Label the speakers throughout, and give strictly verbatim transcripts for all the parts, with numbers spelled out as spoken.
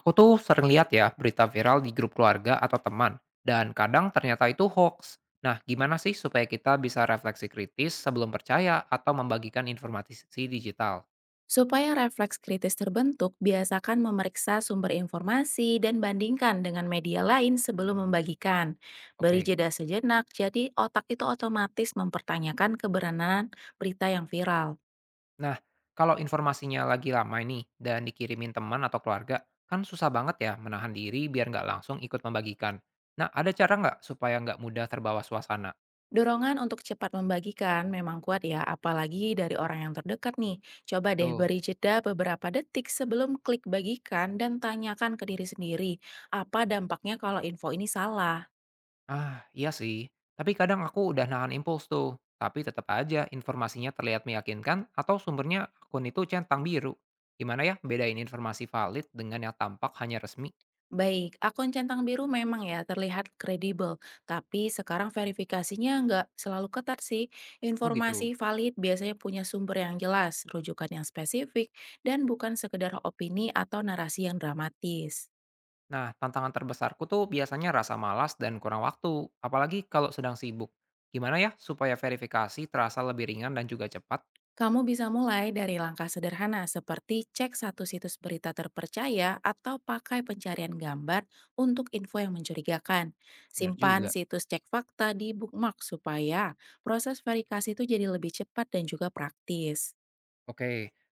Speaker 1: Aku tuh sering lihat ya berita viral di grup keluarga atau teman, dan kadang ternyata itu hoax. Nah, gimana sih supaya kita bisa refleksi kritis sebelum percaya atau membagikan informasi si digital?
Speaker 2: Supaya refleks kritis terbentuk, biasakan memeriksa sumber informasi dan bandingkan dengan media lain sebelum membagikan. Beri
Speaker 1: Oke.
Speaker 2: jeda sejenak, jadi otak itu otomatis mempertanyakan kebenaran berita yang viral.
Speaker 1: Nah, kalau informasinya lagi lama nih dan dikirimin teman atau keluarga, kan susah banget ya menahan diri biar nggak langsung ikut membagikan. Nah, ada cara nggak supaya nggak mudah terbawa suasana?
Speaker 2: Dorongan untuk cepat membagikan memang kuat ya, apalagi dari orang yang terdekat nih. Coba deh
Speaker 1: Betul.
Speaker 2: beri jeda beberapa detik sebelum klik bagikan dan tanyakan ke diri sendiri, apa dampaknya kalau info ini salah.
Speaker 1: Ah, iya sih. Tapi kadang aku udah nahan impuls tuh. Tapi tetap aja informasinya terlihat meyakinkan atau sumbernya akun itu centang biru. Gimana ya bedain informasi valid dengan yang tampak hanya resmi?
Speaker 2: Baik, akun centang biru memang ya terlihat kredibel, tapi sekarang verifikasinya nggak selalu ketat sih.
Speaker 1: Oh gitu.
Speaker 2: Informasi valid biasanya punya sumber yang jelas, rujukan yang spesifik, dan bukan sekedar opini atau narasi yang dramatis.
Speaker 1: Nah, tantangan terbesarku tuh biasanya rasa malas dan kurang waktu, apalagi kalau sedang sibuk. Gimana ya supaya verifikasi terasa lebih ringan dan juga cepat?
Speaker 2: Kamu bisa mulai dari langkah sederhana seperti cek satu situs berita terpercaya atau pakai pencarian gambar untuk info yang mencurigakan.
Speaker 1: Bener
Speaker 2: Simpan
Speaker 1: juga.
Speaker 2: situs cek fakta di bookmark supaya proses verifikasi itu jadi lebih cepat dan juga praktis.
Speaker 1: Oke,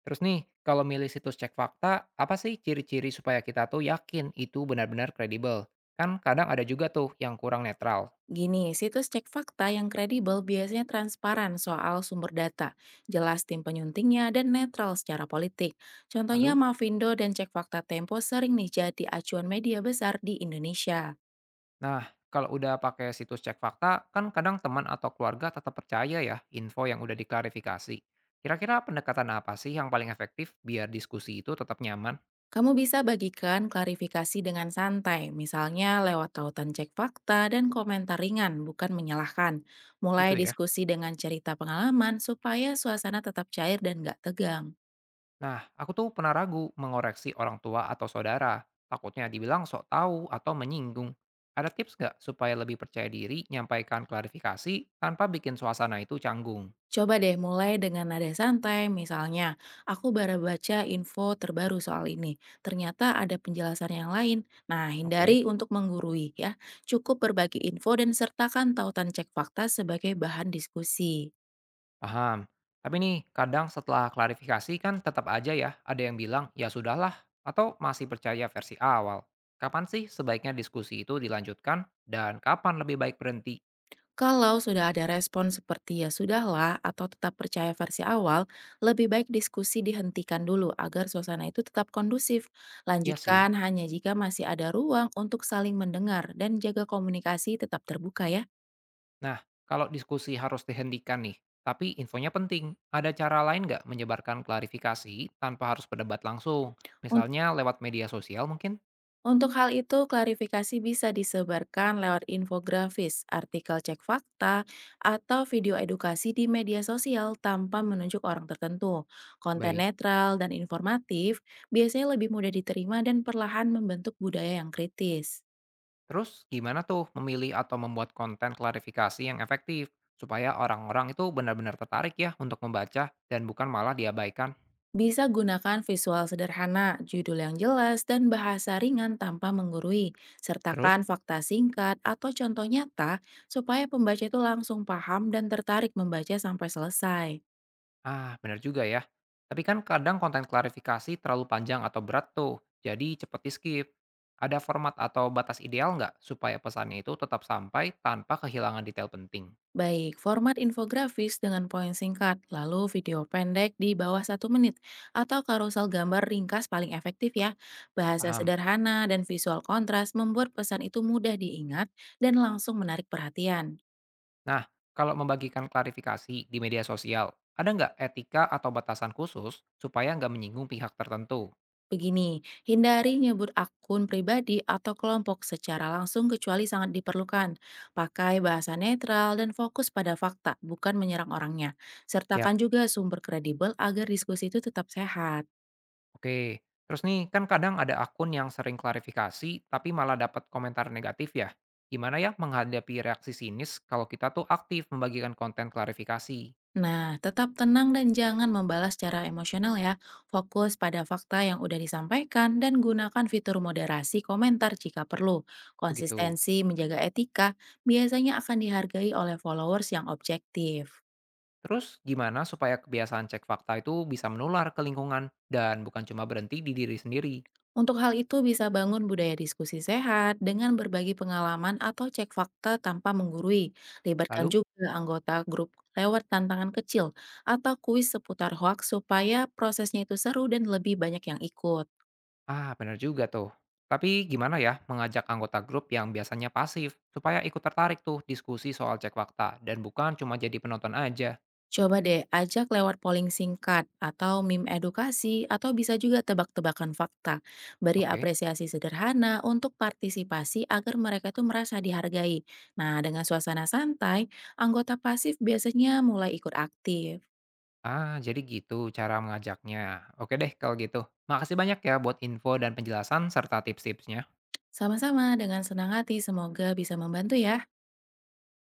Speaker 1: terus nih, kalau milih situs cek fakta, apa sih ciri-ciri supaya kita tuh yakin itu benar-benar kredibel? Kan kadang ada juga tuh yang kurang netral.
Speaker 2: Gini, situs cek fakta yang kredibel biasanya transparan soal sumber data, jelas tim penyuntingnya, dan netral secara politik. Contohnya
Speaker 1: Lalu,
Speaker 2: Mavindo dan Cek Fakta Tempo sering nih jadi acuan media besar di Indonesia.
Speaker 1: nah, kalau udah pakai situs cek fakta, kan kadang teman atau keluarga tetap percaya ya info yang udah diklarifikasi. Kira-kira pendekatan apa sih yang paling efektif biar diskusi itu tetap nyaman?
Speaker 2: Kamu bisa bagikan klarifikasi dengan santai, misalnya lewat tautan cek fakta dan komentar ringan, bukan menyalahkan. Mulai
Speaker 1: Gitu ya.
Speaker 2: diskusi dengan cerita pengalaman supaya suasana tetap cair dan gak tegang.
Speaker 1: Nah, aku tuh pernah ragu mengoreksi orang tua atau saudara. Takutnya dibilang sok tahu atau menyinggung. Ada tips nggak supaya lebih percaya diri nyampaikan klarifikasi tanpa bikin suasana itu canggung?
Speaker 2: Coba deh mulai dengan nada santai, misalnya, aku baru baca info terbaru soal ini. Ternyata ada penjelasan yang lain. Nah, hindari
Speaker 1: Oke.
Speaker 2: untuk menggurui ya. Cukup berbagi info dan sertakan tautan cek fakta sebagai bahan diskusi.
Speaker 1: Paham. Tapi nih, kadang setelah klarifikasi kan tetap aja ya ada yang bilang, ya sudahlah, atau masih percaya versi awal. Kapan sih sebaiknya diskusi itu dilanjutkan dan kapan lebih baik berhenti?
Speaker 2: Kalau sudah ada respon seperti ya sudahlah atau tetap percaya versi awal, lebih baik diskusi dihentikan dulu agar suasana itu tetap kondusif.
Speaker 1: Iya sih.
Speaker 2: Lanjutkan hanya jika masih ada ruang untuk saling mendengar dan jaga komunikasi tetap terbuka ya.
Speaker 1: Nah, kalau diskusi harus dihentikan nih, tapi infonya penting, ada cara lain nggak menyebarkan klarifikasi tanpa harus berdebat langsung? Misalnya lewat media sosial mungkin?
Speaker 2: Untuk hal itu, klarifikasi bisa disebarkan lewat infografis, artikel cek fakta, atau video edukasi di media sosial tanpa menunjuk orang tertentu. Konten
Speaker 1: Baik.
Speaker 2: netral dan informatif biasanya lebih mudah diterima dan perlahan membentuk budaya yang kritis.
Speaker 1: Terus gimana tuh memilih atau membuat konten klarifikasi yang efektif supaya orang-orang itu benar-benar tertarik ya untuk membaca dan bukan malah diabaikan?
Speaker 2: Bisa gunakan visual sederhana, judul yang jelas, dan bahasa ringan tanpa menggurui.
Speaker 1: Terus.
Speaker 2: Sertakan fakta singkat atau contoh nyata supaya pembaca itu langsung paham dan tertarik membaca sampai selesai.
Speaker 1: Ah, benar juga ya. Tapi kan kadang konten klarifikasi terlalu panjang atau berat tuh, jadi cepet di-skip. Ada format atau batas ideal nggak supaya pesannya itu tetap sampai tanpa kehilangan detail penting?
Speaker 2: Baik, format infografis dengan poin singkat, lalu video pendek di bawah satu menit, atau karusel gambar ringkas paling efektif ya. Bahasa
Speaker 1: Paham.
Speaker 2: sederhana dan visual kontras membuat pesan itu mudah diingat dan langsung menarik perhatian.
Speaker 1: Nah, kalau membagikan klarifikasi di media sosial, ada nggak etika atau batasan khusus supaya nggak menyinggung pihak tertentu?
Speaker 2: Begini, hindari nyebut akun pribadi atau kelompok secara langsung kecuali sangat diperlukan. Pakai bahasa netral dan fokus pada fakta, bukan menyerang orangnya.
Speaker 1: Yap.
Speaker 2: Sertakan juga sumber kredibel agar diskusi itu tetap sehat.
Speaker 1: Oke, terus nih kan kadang ada akun yang sering klarifikasi tapi malah dapat komentar negatif ya. Gimana ya menghadapi reaksi sinis kalau kita tuh aktif membagikan konten klarifikasi?
Speaker 2: Nah, tetap tenang dan jangan membalas secara emosional ya. Fokus pada fakta yang udah disampaikan dan gunakan fitur moderasi komentar jika perlu.
Speaker 1: Begitu.
Speaker 2: Konsistensi menjaga etika biasanya akan dihargai oleh followers yang objektif.
Speaker 1: Terus gimana supaya kebiasaan cek fakta itu bisa menular ke lingkungan dan bukan cuma berhenti di diri sendiri?
Speaker 2: Untuk hal itu bisa bangun budaya diskusi sehat dengan berbagi pengalaman atau cek fakta tanpa menggurui. Libatkan
Speaker 1: Lalu,
Speaker 2: juga anggota grup lewat tantangan kecil atau kuis seputar hoaks supaya prosesnya itu seru dan lebih banyak yang ikut.
Speaker 1: ah, benar juga tuh. Tapi gimana ya mengajak anggota grup yang biasanya pasif supaya ikut tertarik tuh diskusi soal cek fakta dan bukan cuma jadi penonton aja?
Speaker 2: Coba deh ajak lewat polling singkat atau meme edukasi atau bisa juga tebak-tebakan fakta. Beri
Speaker 1: Oke.
Speaker 2: apresiasi sederhana untuk partisipasi agar mereka tuh merasa dihargai. Nah, dengan suasana santai, anggota pasif biasanya mulai ikut aktif.
Speaker 1: Ah, jadi gitu cara mengajaknya. Oke deh kalau gitu. Makasih banyak ya buat info dan penjelasan serta tips-tipsnya.
Speaker 2: Sama-sama dengan senang hati, semoga bisa membantu ya.